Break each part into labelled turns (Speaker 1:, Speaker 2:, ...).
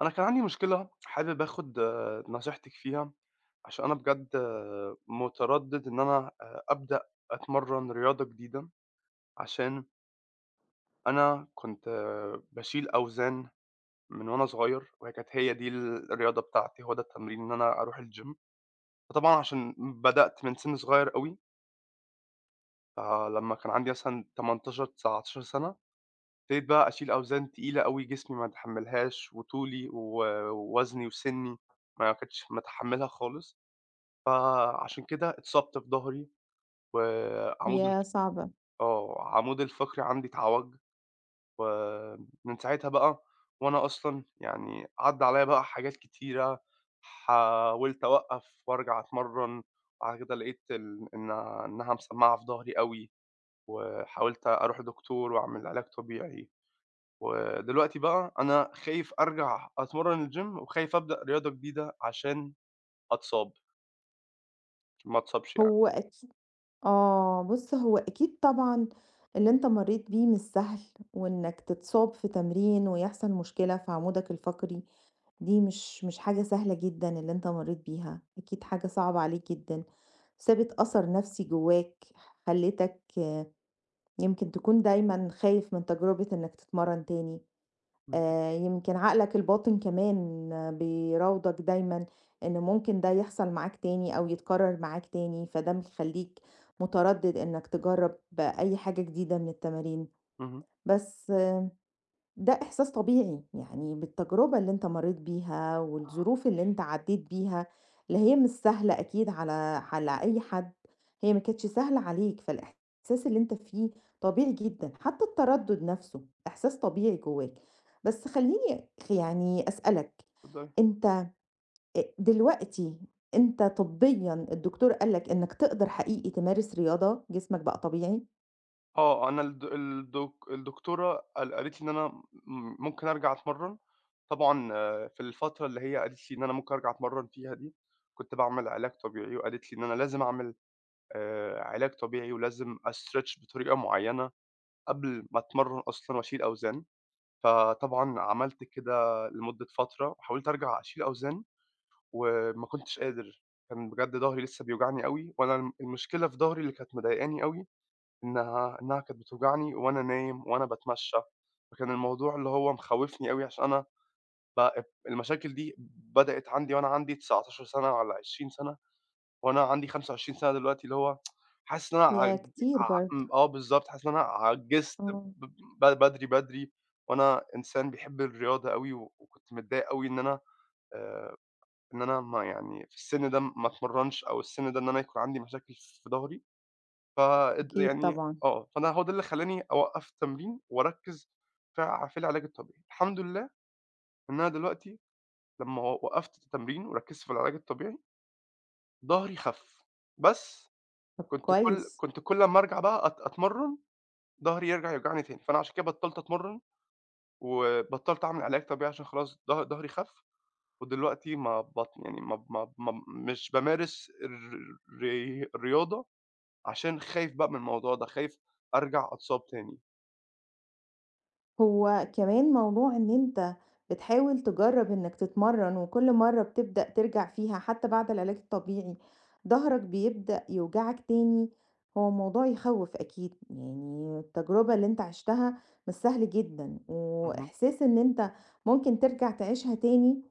Speaker 1: أنا كان عندي مشكلة حابب آخُد نصيحتِك فيها. عشان أنا بجد متردِّد إن أنا أبدأ أتمرّن رياضة جديدة، عشان أنا كنت باشيل أوزان من وأنا صغير، وهي كانت هي دي الرياضة بتاعتي، هو ده التمرين إن أنا أروح الgym. فطبعًا عشان بدأت من سِن صغير أوي، فلمّا كان عندي مثلًا 18، 19 سَنة، ابتديت بقى أشيل أوزان تقيلة أوي جسمي ما يتحمّلهاش وطولي ووزني وسِنّي ما كنتش متحمّلها خالص. فعشان كده اتصبت في ضهري، وعمود الف
Speaker 2: ياه صعبة!
Speaker 1: آه، عمودي الفقري عندي اتعوج، ومن ساعتها بقى وأنا أصلًا يعني عدّى عليّا بقى حاجات كتيرة، حاولت أوقّف وأرجع أتمرّن. بعد كده لقيت ال إن إنها مسمّعة في ضهري أوي، وحاولت أروح لدكتور وأعمل علاج طبيعي. ودلوقتي بقى أنا خايف أرجع أتمرّن الgym وخايف أبدأ رياضة جديدة عشان أتصاب، ما أتصابش يعني.
Speaker 2: هو أكي آه، بُص، هو أكيد طبعًا اللي أنت مرّيت بيه مش سهل، وإنك تتصاب في تمرين ويحصل مشكلة في عمودك الفقري، دي مش حاجة سهلة جدًا اللي أنت مرّيت بيها، أكيد حاجة صعبة عليك جدًا، سابت أثر نفسي جواك، خلّتك يمكن تكون دايمًا خايف من تجربة إنك تتمرّن تاني.
Speaker 1: اهم.
Speaker 2: يمكن عقلك الباطن كمان بيراودك دايمًا إن ممكن ده يحصل معاك تاني أو يتكرر معاك تاني، فده مخلّيك متردد إنك تجرّب أي حاجة جديدة من التمارين،
Speaker 1: اهم.
Speaker 2: بس آه، ده إحساس طبيعي، يعني بالتجربة اللي أنت مرّيت بيها والظروف اللي أنت عدّيت بيها، لا هي مش سهلة أكيد على على أي حد، هي ما كانتش سهلة عليك، فالإحساس اللي أنت فيه طبيعي جدًا، حتى التردد نفسه إحساس طبيعي جواك، بس خلّيني خ يعني أسألك،
Speaker 1: اتفضلي.
Speaker 2: أنت أ دلوقتي أنت طبيًا الدكتور قال لك إنك تقدر حقيقي تمارس رياضة، جسمك بقى طبيعي؟
Speaker 1: آه، أنا الدكتورة قالت لي إن أنا ممكن أرجع أتمرّن. طبعًا في الفترة اللي هي قالت لي إن أنا ممكن أرجع أتمرّن فيها دي، كنت باعمل علاج طبيعي وقالت لي إن أنا لازم أعمل علاج طبيعي ولازم أstretch بطريقة معيّنة قبل ما أتمرّن أصلًا وأشيل أوزان. فطبعًا عملت كده لمدة فترة، حاولت أرجع أشيل أوزان وما كنتش قادر. كان بجد ضهري لسه بيوجعني أوي، وأنا المشكلة في ضهري اللي كانت مضايقاني أوي إنها كانت بتوجعني وأنا نايم وأنا باتمشّى. فكان الموضوع اللي هو مخوّفني أوي عشان أنا بقى المشاكل دي بدأت عندي وأنا عندي 19 سَنة والّا 20 سَنة، وأنا عندي 25 سَنة دلوقتي، اللي هو حاسس إن أنا
Speaker 2: ياه
Speaker 1: عج
Speaker 2: كتير
Speaker 1: ع
Speaker 2: برضه،
Speaker 1: إمم، آه، بالضبط، حاسس إن أنا عجِّزت
Speaker 2: آه،
Speaker 1: ب ب بدري، بدري. وأنا إنسان بيحب الرياضة أوي وكنت متضايق أوي إن أنا آآ إن أنا ما يعني في السِن ده ما اتمرّنش، أو السِن ده إن أنا يكون عندي مشاكل في ضهري. ف اد
Speaker 2: أكيد
Speaker 1: يعني
Speaker 2: طبعًا.
Speaker 1: آه، فأنا هو ده اللي خلّاني أوقّف التمرين وأركّز في العلاج الطبيعي. الحمد لله إن أنا دلوقتي لمّا وقّفت التمرين وركّزت في العلاج الطبيعي، ضهري خَف. بس
Speaker 2: طب كويس.
Speaker 1: كنت كل أمّا أرجع بقى أتمرّن، ضهري يرجع يوجعني تاني، فأنا عشان كده بطّلت أتمرّن وبطّلت أعمل علاج طبيعي عشان خلاص ضهري خَف. ودلوقتي ما بط يعني ما ب ما ب ما ب مش بامارس الرياضة عشان خايف بقى من الموضوع ده، خايف أرجع أتصاب تاني.
Speaker 2: هو كمان موضوع إن أنت بتحاول تجرّب إنك تتمرّن وكل مرّة بتبدأ ترجع فيها حتى بعد العلاج الطبيعي، ضهرك بيبدأ يوجعك تاني، هو موضوع يخوّف أكيد، يعني التجربة اللي أنت عِشتها مش سهل جدًا،
Speaker 1: اهم.
Speaker 2: وإحساس إن أنت ممكن ترجع تعيشها تاني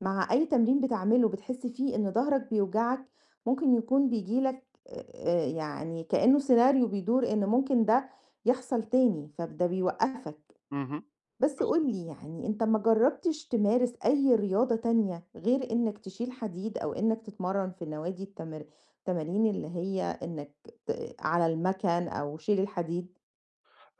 Speaker 2: مع أي تمرين بتعمله بتحس فيه إن ضهرك بيوجعك، ممكن يكون بييجي لك يعني كإنه سيناريو بيدور إن ممكن ده يحصل تاني، فده بيوقّفك.
Speaker 1: اهم.
Speaker 2: بس
Speaker 1: بالضبط.
Speaker 2: قُل لي يعني أنت ما جرّبتش تمارس أي رياضة تانية غير إنّك تشيل حديد أو إنّك تتمرّن في نوادي التمارين اللي هي إنّك ت على المَكَن أو شيل الحديد؟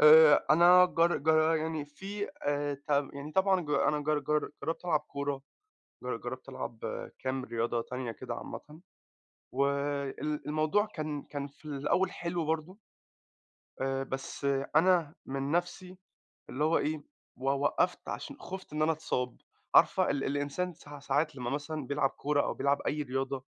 Speaker 1: أنا جر جر يعني في ت يعني طبعًا ج أنا جر جر جرّبت ألعب كورة، جرّبت ألعب كام رياضة تانية كده عامةً، الموضوع كان في الأول حلو برضه. بس آه، أنا من نَفْسي اللي هو إيه، وقّفت عشان خُفت إن أنا أتصاب. عارفة الإنسان ساعات لمّا مثلًا بيلعب كورة أو بيلعب أي رياضة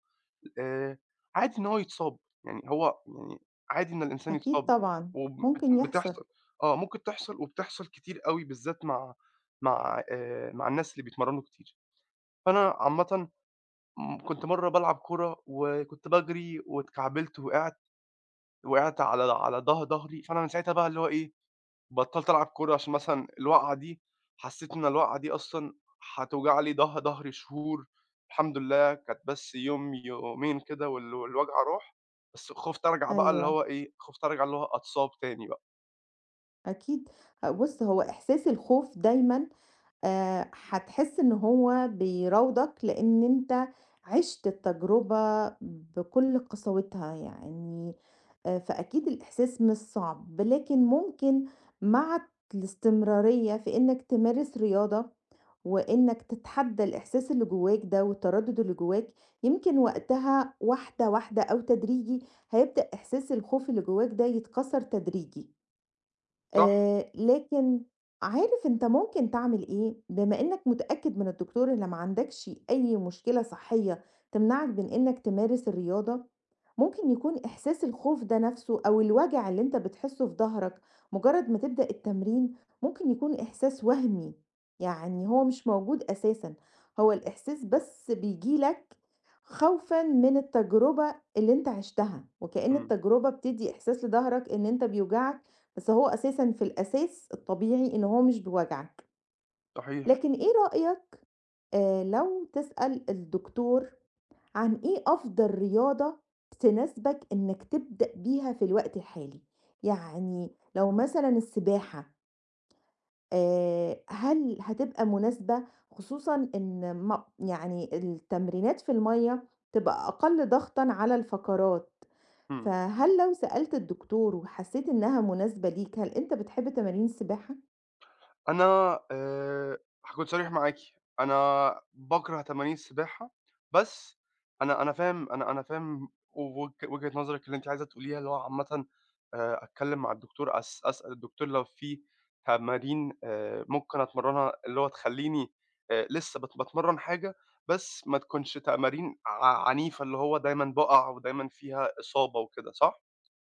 Speaker 1: آآ عادي إن هو يتصاب، يعني هو يعني عادي إن الإنسان
Speaker 2: أكيد
Speaker 1: يتصاب
Speaker 2: طبعًا،
Speaker 1: وب بت
Speaker 2: ممكن يحصل،
Speaker 1: بتحصل. آه، ممكن تحصل وبتحصل كتير أوي بالذات مع مع الناس اللي بيتمرّنوا كتير. فأنا عامةً كنت مرّة بالعب كورة وكنت باجري واتكعبلت وقعت، وقعت على على ضه ضهري، فأنا من ساعتها بقى اللي هو إيه، بطّلت ألعب كورة عشان مثلًا الوقعة دي، حسّيت إن الوقعة دي أصلًا هتوجع لي ضهري شهور، الحمد لله كانت بس يوم، يومين كده والوجع راح. بس خُفت أرجع بقى اللي
Speaker 2: أيوه،
Speaker 1: هو إيه، خُفت أرجع اللي هو أتصاب تاني بقى،
Speaker 2: أكيد. أ بُص، هو إحساس الخوف دايمًا هتحس إن هو بيراودك لإن أنت عِشت التجربة بكل قساوتها يعني فأكيد الإحساس مش صعب، لكن ممكن مع الاستمرارية في إنك تمارس رياضة وإنك تتحدى الإحساس اللي جواك ده والتردد اللي جواك، يمكن وقتها واحدة، واحدة أو تدريجي هيبدأ إحساس الخوف اللي جواك ده يتكسر تدريجي.
Speaker 1: صح؟
Speaker 2: لكن عارف أنت ممكن تعمل إيه، بما إنّك متأكد من الدكتور إن ما عندكش أي مشكلة صحية تمنعك من إنّك تمارس الرياضة، ممكن يكون إحساس الخوف ده نَفْسه أو الوجع اللي أنت بتحسّه في ضهرك مُجرّد ما تبدأ التمرين، ممكن يكون إحساس وهمي، يعني هو مش موجود أساسًا، هو الإحساس بس بييجي لك خوفًا من التجربة اللي أنت عِشتها، وكأن
Speaker 1: إمم.
Speaker 2: التجربة بتدّي إحساس لضهرك إن أنت بيوجعك بس هو أساسًا في الأساس الطبيعي إن هو مش بيوجعك،
Speaker 1: صحيح.
Speaker 2: لكن إيه رأيك لو تسأل الدكتور عن إيه أفضل رياضة تناسبك إنك تبدأ بيها في الوقت الحالي؟ يعني لو مثلًا السباحة هل هتبقى مناسبة؟ خصوصًا إن م يعني التمرينات في المَيّة تبقى أقل ضغطًا على الفقرات،
Speaker 1: إمم.
Speaker 2: فهل لو سألت الدكتور وحسيت إنها مناسبة ليك، هل أنت بتحب تمارين السباحة؟
Speaker 1: أنا آآ هاكون صريح معاكِ، أنا باكره تمارين السباحة. بس أنا أنا فاهم، أنا أنا فاهم وجهة نظرِك اللي أنتِ عايزة تقوليها، اللي هو عامةً أتكلم مع الدكتور، أسأل الدكتور لو في تمارين ممكن أتمرّنها، اللي هو تخلّيني لسه باتمرّن حاجة، بس ما تكونش تمارين عنيفة، اللي هو دايمًا باقع ودايمًا فيها إصابة وكده، صح؟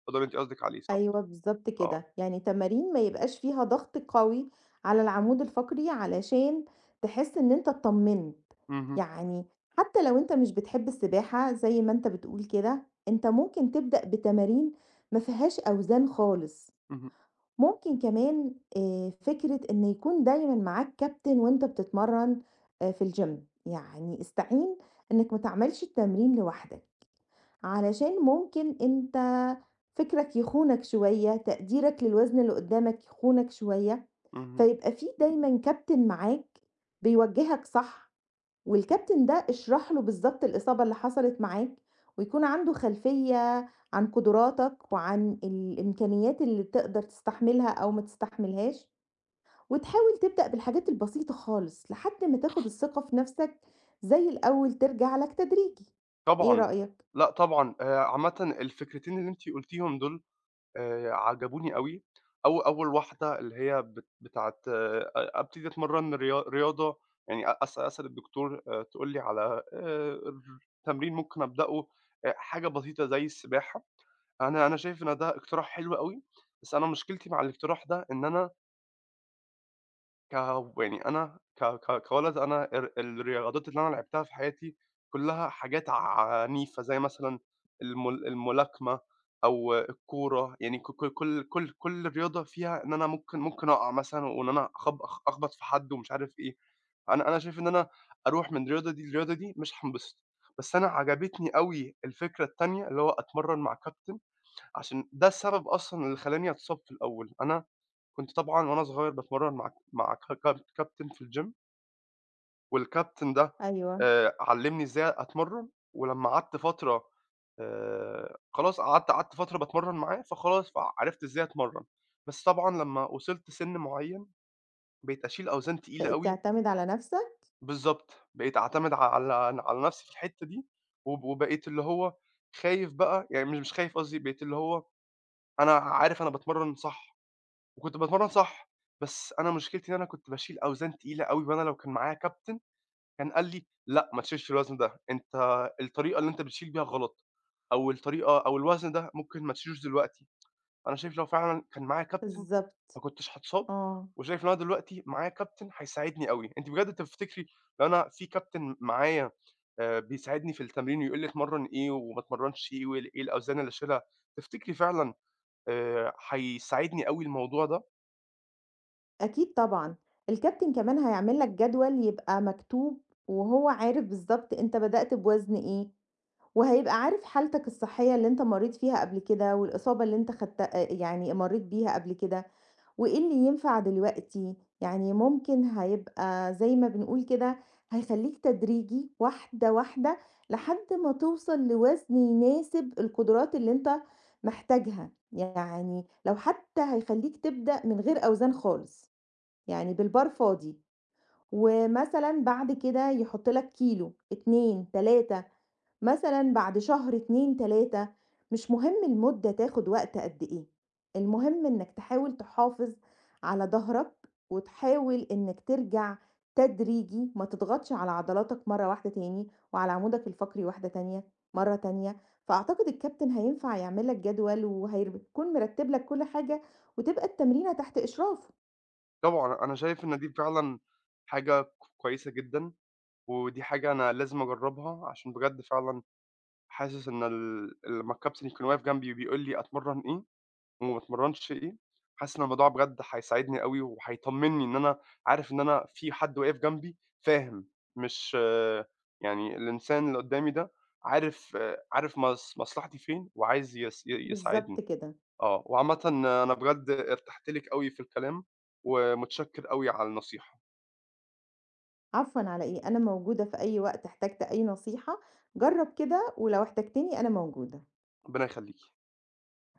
Speaker 1: هو ده اللي أنتِ قصدِك عليه، صح؟
Speaker 2: أيوه بالضبط
Speaker 1: آه.
Speaker 2: كده، يعني تمارين ما يبقاش فيها ضغط قوي على العمود الفقري علشان تحس إن أنت اتطمنت،
Speaker 1: اهم.
Speaker 2: يعني حتى لو أنت مش بتحب السباحة زي ما أنت بتقول كده، أنت ممكن تبدأ بتمارين ما فيهاش أوزان خالص،
Speaker 1: اهم.
Speaker 2: ممكن كمان فكرة إن يكون دايمًا معاك كابتن وأنت بتتمرن في الgym، يعني استعين إنك ما تعملش التمرين لوحدك. علشان ممكن أنت فكرك يخونك شوية، تقديرك للوزن اللي قدّامك يخونك شوية،
Speaker 1: اهم.
Speaker 2: فيبقى في دايمًا كابتن معاك بيوجّهك صح، والكابتن ده اشرح له بالضبط الإصابة اللي حصلت معاك، ويكون عنده خلفية عن قدراتك وعن الإمكانيات اللي تقدر تستحملها أو ما تستحملهاش، وتحاول تبدأ بالحاجات البسيطة خالص لحد ما تاخد الثقة في نفسك زي الأول ترجع لك تدريجي، إيه
Speaker 1: طبعًا.
Speaker 2: رأيك؟
Speaker 1: لأ طبعًا، عامةً الفكرتين اللي أنتِ قُلتيهم دول عجبوني أوي. أو أول واحدة اللي هي بتاعة أبتدي أتمرّن رياضة، يعني أ أس أسأل الدكتور تقول لي على تمرين ممكن أبدأه، حاجة بسيطة زي السباحة. أنا أنا شايف إن ده اقتراح حلو أوي. بس أنا مشكلتي مع الاقتراح ده إن أنا ك يعني أنا ك ك كولد. أنا الرياضات اللي أنا لعبتها في حياتي كلّها حاجات عنيفة، زي مثلًا الملاكمة أو الكورة. يعني ك ك كل كل كل رياضة فيها إن أنا ممكن أقع مثلًا، وإن أنا أخبط في حد ومش عارف إيه. أنا أنا شايف إن أنا أروح من الرياضة دي للرياضة دي مش هانبسط. بس أنا عجبتني أوي الفكرة التانية اللي هو أتمرّن مع كابتن، عشان ده السبب أصلًا اللي خلّاني أتصاب في الأول. أنا كنت طبعًا وأنا صغير باتمرّن مع مع ك كاب كابتن في الgym، والكابتن ده
Speaker 2: أيوه.
Speaker 1: علّمني إزاي أتمرّن. ولمّا قعدت فترة خلاص قعدت فترة باتمرّن معاه، فخلاص فعرفت إزاي أتمرّن. بس طبعًا لمّا وصلت سِن معيّن بقيت أشيل أوزان تقيلة
Speaker 2: بقيت
Speaker 1: أوي.
Speaker 2: تعتمد على نفسك؟
Speaker 1: بالضبط. بقيت أعتمد على نَفْسي في الحتّة دي، وبقيت اللي هو خايف بقى، يعني مش خايف، قصدي بقيت اللي هو أنا عارف أنا باتمرّن صح. وكنت باتمرّن صح. بس أنا مشكلتي إن أنا كنت باشيل أوزان تقيلة أوي، وأنا لو كان معايا كابتن كان قال لي: "لأ، ما تشيلش الوزن ده، أنت الطريقة اللي أنت بتشيل بيها غلط، أو الطريقة أو الوزن ده ممكن ما تشيلوش دلوقتي." أنا شايف لو فعلًا كان معايا كابتن
Speaker 2: بالضبط،
Speaker 1: ما كنتش هاتصاب،
Speaker 2: آه،
Speaker 1: وشايف إن أنا دلوقتي معايا كابتن هيساعدني أوي. أنتِ بجد تفتكري لو أنا في كابتن معايا بيساعدني في التمرين ويقول لي أتمرّن إيه وما أتمرّنش إيه، إيه الأوزان اللي أشيلها، تفتكري فعلًا هيساعدني أوي الموضوع ده؟
Speaker 2: أكيد طبعًا، الكابتن كمان هيعمل لك جدول يبقى مكتوب وهو عارف بالضبط أنت بدأت بوزن إيه، وهيبقى عارف حالتك الصحية اللي أنت مرّيت فيها قبل كده، والإصابة اللي أنت خدت يعني مرّيت بيها قبل كده، وإيه اللي ينفع دلوقتي، يعني ممكن هيبقى زي ما بنقول كده هيخلّيك تدريجي واحدة، واحدة لحد ما توصل لوزن يناسب القدرات اللي أنت محتاجها، يعني لو حتى هيخلّيك تبدأ من غير أوزان خالص، يعني بالبار فاضي، ومثلًا بعد كده يحُط لك كيلو، 2، 3 مثلًا بعد شهر 2، 3. مش مهم المدة تاخد وقت قد إيه، المهم إنك تحاول تحافظ على ضهرك، وتحاول إنك ترجع تدريجي، ما تضغطش على عضلاتك مرّة واحدة تاني، وعلى عمودك الفقري واحدة تانية، مرّة تانية، فأعتقد الكابتن هينفع يعمل لك جدول وهيكون مرتب لك كل حاجة، وتبقى التمرينة تحت إشرافه.
Speaker 1: طبعًا. أنا شايف إن دي فعلًا حاجة كويسة جدًا. ودي حاجة أنا لازم أجرّبها عشان بجد فعلًا حاسس إن لمّا الكابتن يكون واقف جنبي وبيقول لي أتمرّن إيه وما أتمرّنش إيه، حاسس إن الموضوع بجد هيساعدني أوي وهيطمّني إن أنا عارف إن أنا في حد واقف جنبي فاهم. مش يعني الإنسان اللي قدّامي ده عارف، عارف مص مصلحتي فين وعايز يس ي يساعدني.
Speaker 2: بالضبط كده،
Speaker 1: آه، وعامةً أنا بجد ارتحت لِك أوي في الكلام، ومتشكر أوي على النصيحة.
Speaker 2: عفوًا على إيه، أنا موجودة في أي وقت احتجت أي نصيحة، جرّب كده ولو احتجتني أنا موجودة.
Speaker 1: ربنا يخليكِ.